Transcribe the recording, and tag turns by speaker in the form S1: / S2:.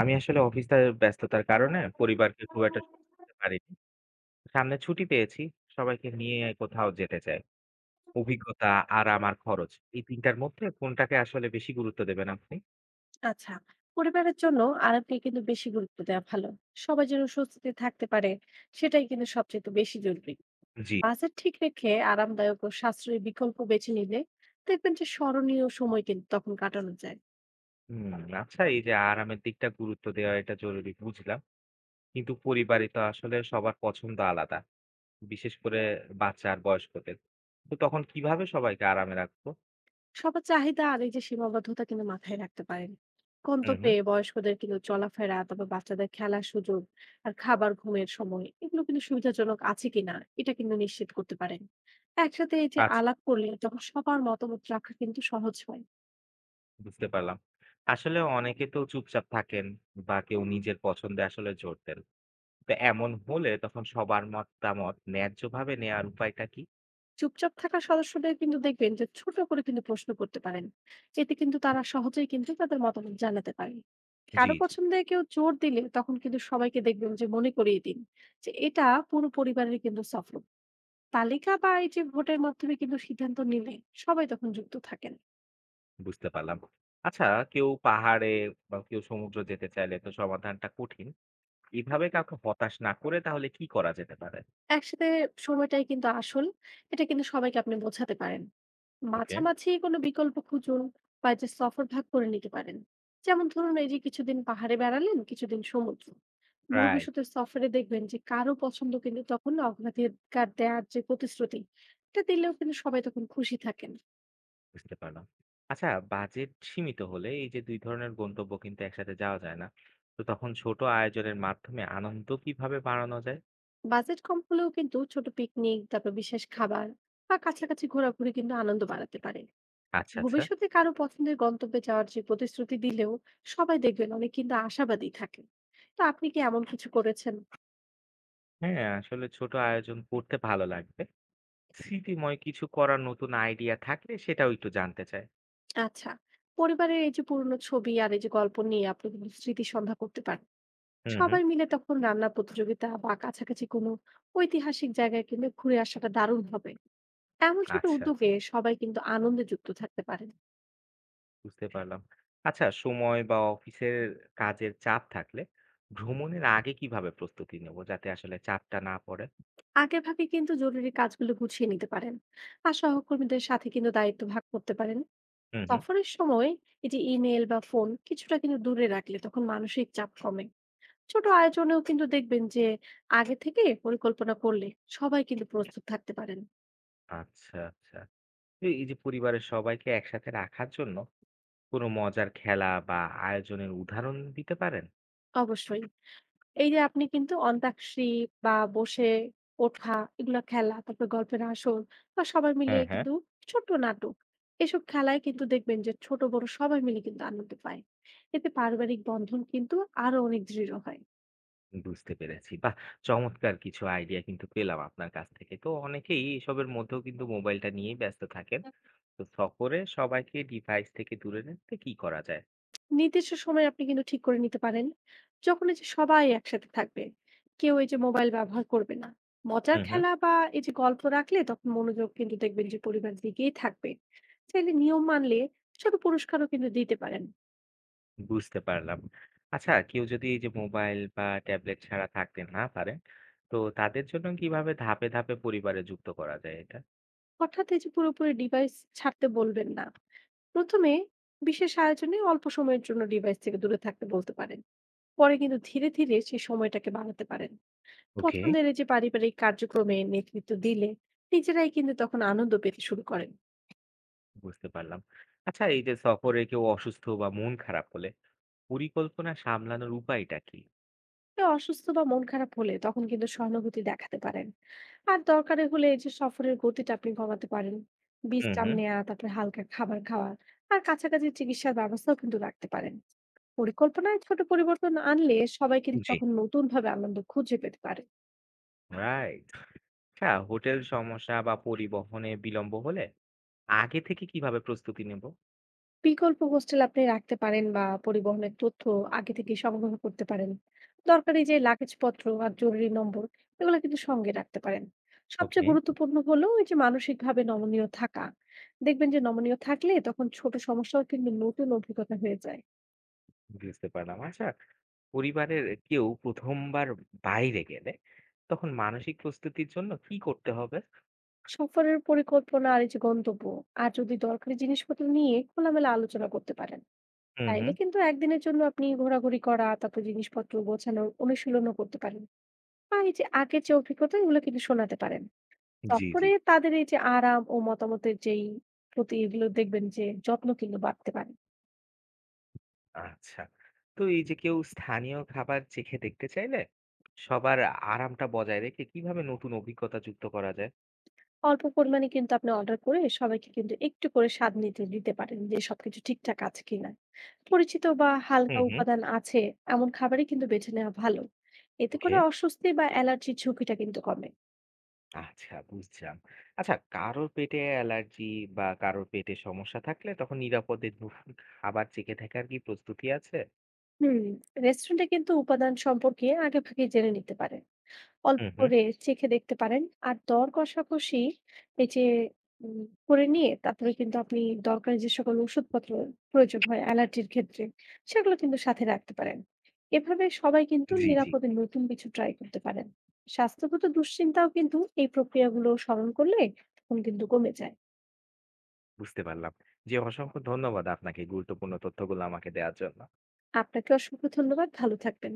S1: আমি আসলে অফিসের ব্যস্ততার কারণে পরিবারকে খুব একটা সময় দিতে পারিনি। সামনে ছুটি পেয়েছি, সবাইকে নিয়ে কোথাও যেতে চাই। অভিজ্ঞতা, আরাম আর খরচ এই ৩ টার মধ্যে কোনটাকে আসলে বেশি গুরুত্ব দেবেন আপনি?
S2: আচ্ছা, পরিবারের জন্য আরামকে কিন্তু বেশি গুরুত্ব দেওয়া ভালো। সবাই যেন স্বস্তিতে থাকতে পারে, সেটাই কিন্তু সবচেয়ে বেশি জরুরি।
S1: জি।
S2: বাজেট ঠিক রেখে আরামদায়ক ও সাশ্রয়ী বিকল্প বেছে নিলে দেখবেন যে স্মরণীয় সময় কিন্তু তখন কাটানো যায়।
S1: হুম, আচ্ছা এই যে আরামের দিকটা গুরুত্ব দেওয়া এটা জরুরি বুঝলাম। কিন্তু পরিবারে তো আসলে সবার পছন্দ আলাদা। বিশেষ করে বাচ্চা আর বয়স্কদের। তো তখন কিভাবে সবাইকে আরামে রাখবো?
S2: সবার চাহিদা আর এই যে সীমাবদ্ধতা কিন্তু মাথায় রাখতে পারেন।
S1: হুম,
S2: গন্তব্যে
S1: হুম।
S2: বয়স্কদের কিন্তু চলাফেরা, তবে বাচ্চাদের খেলার সুযোগ আর খাবার, ঘুমের সময় এগুলো কিন্তু সুবিধাজনক আছে কিনা এটা কিন্তু নিশ্চিত করতে পারেন। একসাথে এই যে
S1: আচ্ছা।
S2: আলাপ করলে তখন সবার মতামত রাখা কিন্তু সহজ হয়।
S1: বুঝতে পারলাম। আসলে অনেকে তো চুপচাপ থাকেন বা কেউ নিজের পছন্দে আসলে জোর দেন। তো এমন হলে তখন সবার মতামত ন্যায্যভাবে নেয়ার উপায়টা কি?
S2: চুপচাপ থাকা সদস্যদের কিন্তু দেখবেন যে ছোট করে কিন্তু প্রশ্ন করতে পারেন। এতে কিন্তু তারা সহজেই কিন্তু তাদের মতামত জানাতে পারে।
S1: জি,
S2: কারো
S1: জি,
S2: পছন্দে কেউ জোর দিলে তখন কিন্তু সবাইকে দেখবেন যে মনে করিয়ে দিন যে এটা পুরো পরিবারের কিন্তু সফর। তালিকা বা এই যে ভোটের মাধ্যমে কিন্তু সিদ্ধান্ত নিলে সবাই তখন যুক্ত থাকেন।
S1: বুঝতে পারলাম। আচ্ছা কেউ পাহাড়ে বা কেউ সমুদ্র যেতে চাইলে তো সমাধানটা কঠিন। এভাবে কাউকে হতাশ না করে তাহলে কি করা যেতে পারে?
S2: একসাথে সময়টাই কিন্তু আসল, এটা কিন্তু সবাইকে আপনি বোঝাতে পারেন।
S1: ওকে।
S2: মাঝামাঝি কোনো বিকল্প খুঁজুন বা এই যে সফর ভাগ করে নিতে পারেন। যেমন ধরুন, এই যে কিছুদিন পাহাড়ে বেড়ালেন, কিছুদিন সমুদ্র।
S1: রাইট।
S2: ভবিষ্যতের সফরে দেখবেন যে কারো পছন্দ কিন্তু তখন অগ্রাধিকার দেওয়ার যে প্রতিশ্রুতি, এটা দিলেও কিন্তু সবাই তখন খুশি থাকেন।
S1: বুঝতে পারলাম। আচ্ছা বাজেট সীমিত হলে এই যে ২ ধরনের গন্তব্য কিন্তু একসাথে যাওয়া যায় না। তো তখন ছোট আয়োজনের মাধ্যমে আনন্দ কিভাবে বাড়ানো যায়?
S2: বাজেট কম হলেও কিন্তু ছোট পিকনিক, তারপর বিশেষ খাবার বা কাছাকাছি ঘোরাঘুরি কিন্তু আনন্দ বাড়াতে পারে।
S1: আচ্ছা, আচ্ছা।
S2: ভবিষ্যতে কারো পছন্দের গন্তব্যে যাওয়ার যে প্রতিশ্রুতি দিলেও সবাই দেখবেন অনেক কিন্তু আশাবাদী থাকে। তো আপনি কি এমন কিছু করেছেন?
S1: হ্যাঁ, আসলে ছোট আয়োজন করতে ভালো লাগবে। স্মৃতিময় কিছু করার নতুন আইডিয়া থাকলে সেটাও একটু জানতে চাই।
S2: আচ্ছা, পরিবারের এই যে পুরনো ছবি আর এই যে গল্প নিয়ে আপনি কিন্তু স্মৃতি সন্ধ্যা করতে পারেন।
S1: হুম, হুম।
S2: সবাই মিলে তখন রান্নার প্রতিযোগিতা বা কাছাকাছি কোনো ঐতিহাসিক জায়গায় কিন্তু ঘুরে আসাটা দারুণ হবে। এমন ছোট
S1: আচ্ছা,
S2: উদ্যোগে সবাই কিন্তু আনন্দে যুক্ত থাকতে পারেন।
S1: বুঝতে পারলাম। আচ্ছা, সময় বা অফিসের কাজের চাপ থাকলে ভ্রমণের আগে কিভাবে প্রস্তুতি নেব যাতে আসলে চাপটা না পড়ে?
S2: আগে ভাগে কিন্তু জরুরি কাজগুলো গুছিয়ে নিতে পারেন আর সহকর্মীদের সাথে কিন্তু দায়িত্ব ভাগ করতে পারেন।
S1: হুম, হুম।
S2: সফরের সময় এই যে ইমেল বা ফোন কিছুটা কিন্তু দূরে রাখলে তখন মানসিক চাপ কমে। ছোট আয়োজনেও কিন্তু দেখবেন যে আগে থেকে পরিকল্পনা করলে সবাই কিন্তু প্রস্তুত থাকতে পারেন।
S1: আচ্ছা, আচ্ছা। তো এই যে পরিবারের সবাইকে একসাথে রাখার জন্য কোনো মজার খেলা বা আয়োজনের উদাহরণ দিতে পারেন?
S2: অবশ্যই, এই যে আপনি কিন্তু অন্তাক্ষরী বা বসে ওঠা, এগুলো খেলা, তারপর গল্পের আসর বা সবাই মিলে
S1: হ্যাঁ, হ্যাঁ।
S2: কিন্তু ছোট নাটক। এসব খেলায় কিন্তু দেখবেন যে ছোট বড় সবাই মিলে কিন্তু আনন্দ পায়। এতে পারিবারিক বন্ধন কিন্তু আরো অনেক দৃঢ় হয়।
S1: বুঝতে পেরেছি। বাহ! চমৎকার কিছু আইডিয়া কিন্তু পেলাম আপনার কাছ থেকে। তো অনেকেই এসবের মধ্যেও কিন্তু মোবাইলটা নিয়েই ব্যস্ত থাকেন। তো সফরে সবাইকে ডিভাইস থেকে দূরে রাখতে কি করা যায়?
S2: নির্দিষ্ট সময় আপনি কিন্তু ঠিক করে নিতে পারেন, যখন এই যে সবাই একসাথে থাকবে, কেউ এই যে মোবাইল ব্যবহার করবে না। মজার
S1: হুম, হুম।
S2: খেলা বা এই যে গল্প রাখলে তখন মনোযোগ কিন্তু দেখবেন যে পরিবারের দিকেই থাকবে। চাইলে নিয়ম মানলে ছোট পুরস্কারও কিন্তু দিতে পারেন।
S1: বুঝতে পারলাম। আচ্ছা কেউ যদি এই যে মোবাইল বা ট্যাবলেট ছাড়া থাকতে না পারেন, তো তাদের জন্য কিভাবে ধাপে, ধাপে পরিবারে যুক্ত করা যায় এটা?
S2: অর্থাৎ এই যে পুরোপুরি ডিভাইস ছাড়তে বলবেন না। প্রথমে বিশেষ আয়োজনে অল্প সময়ের জন্য ডিভাইস থেকে দূরে থাকতে বলতে পারেন। পরে কিন্তু ধীরে ধীরে সেই সময়টাকে বাড়াতে পারেন।
S1: ওকে।
S2: পছন্দের এই যে পারিবারিক কার্যক্রমে নেতৃত্ব দিলে নিজেরাই কিন্তু তখন আনন্দ পেতে শুরু করেন।
S1: বুঝতে পারলাম। আচ্ছা এই যে সফরে কেউ অসুস্থ বা মন খারাপ হলে পরিকল্পনা সামলানোর উপায়টা কি?
S2: কেউ অসুস্থ বা মন খারাপ হলে তখন কিন্তু সহানুভূতি দেখাতে পারেন। আর দরকারে হলে এই যে সফরের গতিটা আপনি কমাতে পারেন।
S1: হুম,
S2: বিশ্রাম
S1: হুম।
S2: নেওয়া, তারপরে হালকা খাবার খাওয়া, আর কাছাকাছি চিকিৎসার ব্যবস্থাও কিন্তু রাখতে পারেন। পরিকল্পনায় ছোট পরিবর্তন আনলে সবাই কিন্তু
S1: জি।
S2: তখন নতুন ভাবে আনন্দ খুঁজে পেতে পারে।
S1: রাইট। আচ্ছা হোটেল সমস্যা বা পরিবহনে বিলম্ব হলে আগে থেকে কিভাবে প্রস্তুতি নেব?
S2: বিকল্প হোস্টেল আপনি রাখতে পারেন বা পরিবহনের তথ্য আগে থেকে সংগ্রহ করতে পারেন। দরকারি যে লাগেজপত্র আর জরুরি নম্বর, এগুলো কিন্তু সঙ্গে রাখতে পারেন।
S1: ওকে।
S2: সবচেয়ে গুরুত্বপূর্ণ হলো এই যে মানসিকভাবে নমনীয় থাকা। দেখবেন যে নমনীয় থাকলে তখন ছোট সমস্যাও কিন্তু নতুন অভিজ্ঞতা হয়ে যায়।
S1: বুঝতে পারলাম। আচ্ছা পরিবারের কেউ প্রথমবার বাইরে গেলে তখন মানসিক প্রস্তুতির জন্য কি করতে হবে?
S2: সফরের পরিকল্পনা আর এই যে গন্তব্য আর যদি দরকারি জিনিসপত্র নিয়ে খোলামেলা আলোচনা করতে পারেন,
S1: হুম,
S2: তাইলে
S1: হুম।
S2: কিন্তু একদিনের জন্য আপনি ঘোরাঘুরি করা, তারপর জিনিসপত্র গোছানোর অনুশীলনও করতে পারেন। বা এই যে আগের যে অভিজ্ঞতা এগুলো কিন্তু শোনাতে পারেন।
S1: জি, জি।
S2: সফরে তাদের এই যে আরাম ও মতামতের যেই প্রতি এগুলো দেখবেন যে যত্ন কিন্তু বাড়তে পারে।
S1: আচ্ছা, তো এই যে কেউ স্থানীয় খাবার চেখে দেখতে চাইলে সবার আরামটা বজায় রেখে কিভাবে নতুন অভিজ্ঞতা যুক্ত করা যায়?
S2: অল্প পরিমাণে কিন্তু আপনি অর্ডার করে সবাইকে কিন্তু একটু করে স্বাদ নিতে দিতে পারেন যে সবকিছু ঠিকঠাক আছে কিনা। পরিচিত বা হালকা
S1: হুম, হুম।
S2: উপাদান আছে এমন খাবারই কিন্তু বেছে নেওয়া ভালো। এতে
S1: ওকে।
S2: করে অস্বস্তি বা অ্যালার্জির ঝুঁকিটা কিন্তু কমে।
S1: আচ্ছা, বুঝলাম। আচ্ছা কারোর পেটে অ্যালার্জি বা কারোর পেটে সমস্যা থাকলে তখন নিরাপদে দুপুর খাবার চেখে থাকার কি প্রস্তুতি আছে?
S2: হুম, রেস্টুরেন্টে কিন্তু উপাদান সম্পর্কে আগে ভাগে জেনে নিতে পারে। অল্প
S1: হুম, হুম।
S2: করে চেখে দেখতে পারেন। আর দর কষাকষি এই যে উম করে নিয়ে তারপরে কিন্তু আপনি দরকারি যে সকল ওষুধপত্র প্রয়োজন হয় অ্যালার্জির ক্ষেত্রে, সেগুলো কিন্তু সাথে রাখতে পারেন। এভাবে সবাই কিন্তু
S1: জি, জি।
S2: নিরাপদে নতুন কিছু ট্রাই করতে পারেন। স্বাস্থ্যগত দুশ্চিন্তাও কিন্তু এই প্রক্রিয়াগুলো স্মরণ করলে তখন কিন্তু কমে যায়।
S1: বুঝতে পারলাম। জি, অসংখ্য ধন্যবাদ আপনাকে গুরুত্বপূর্ণ তথ্যগুলো আমাকে দেওয়ার জন্য।
S2: আপনাকে অসংখ্য ধন্যবাদ। ভালো থাকবেন।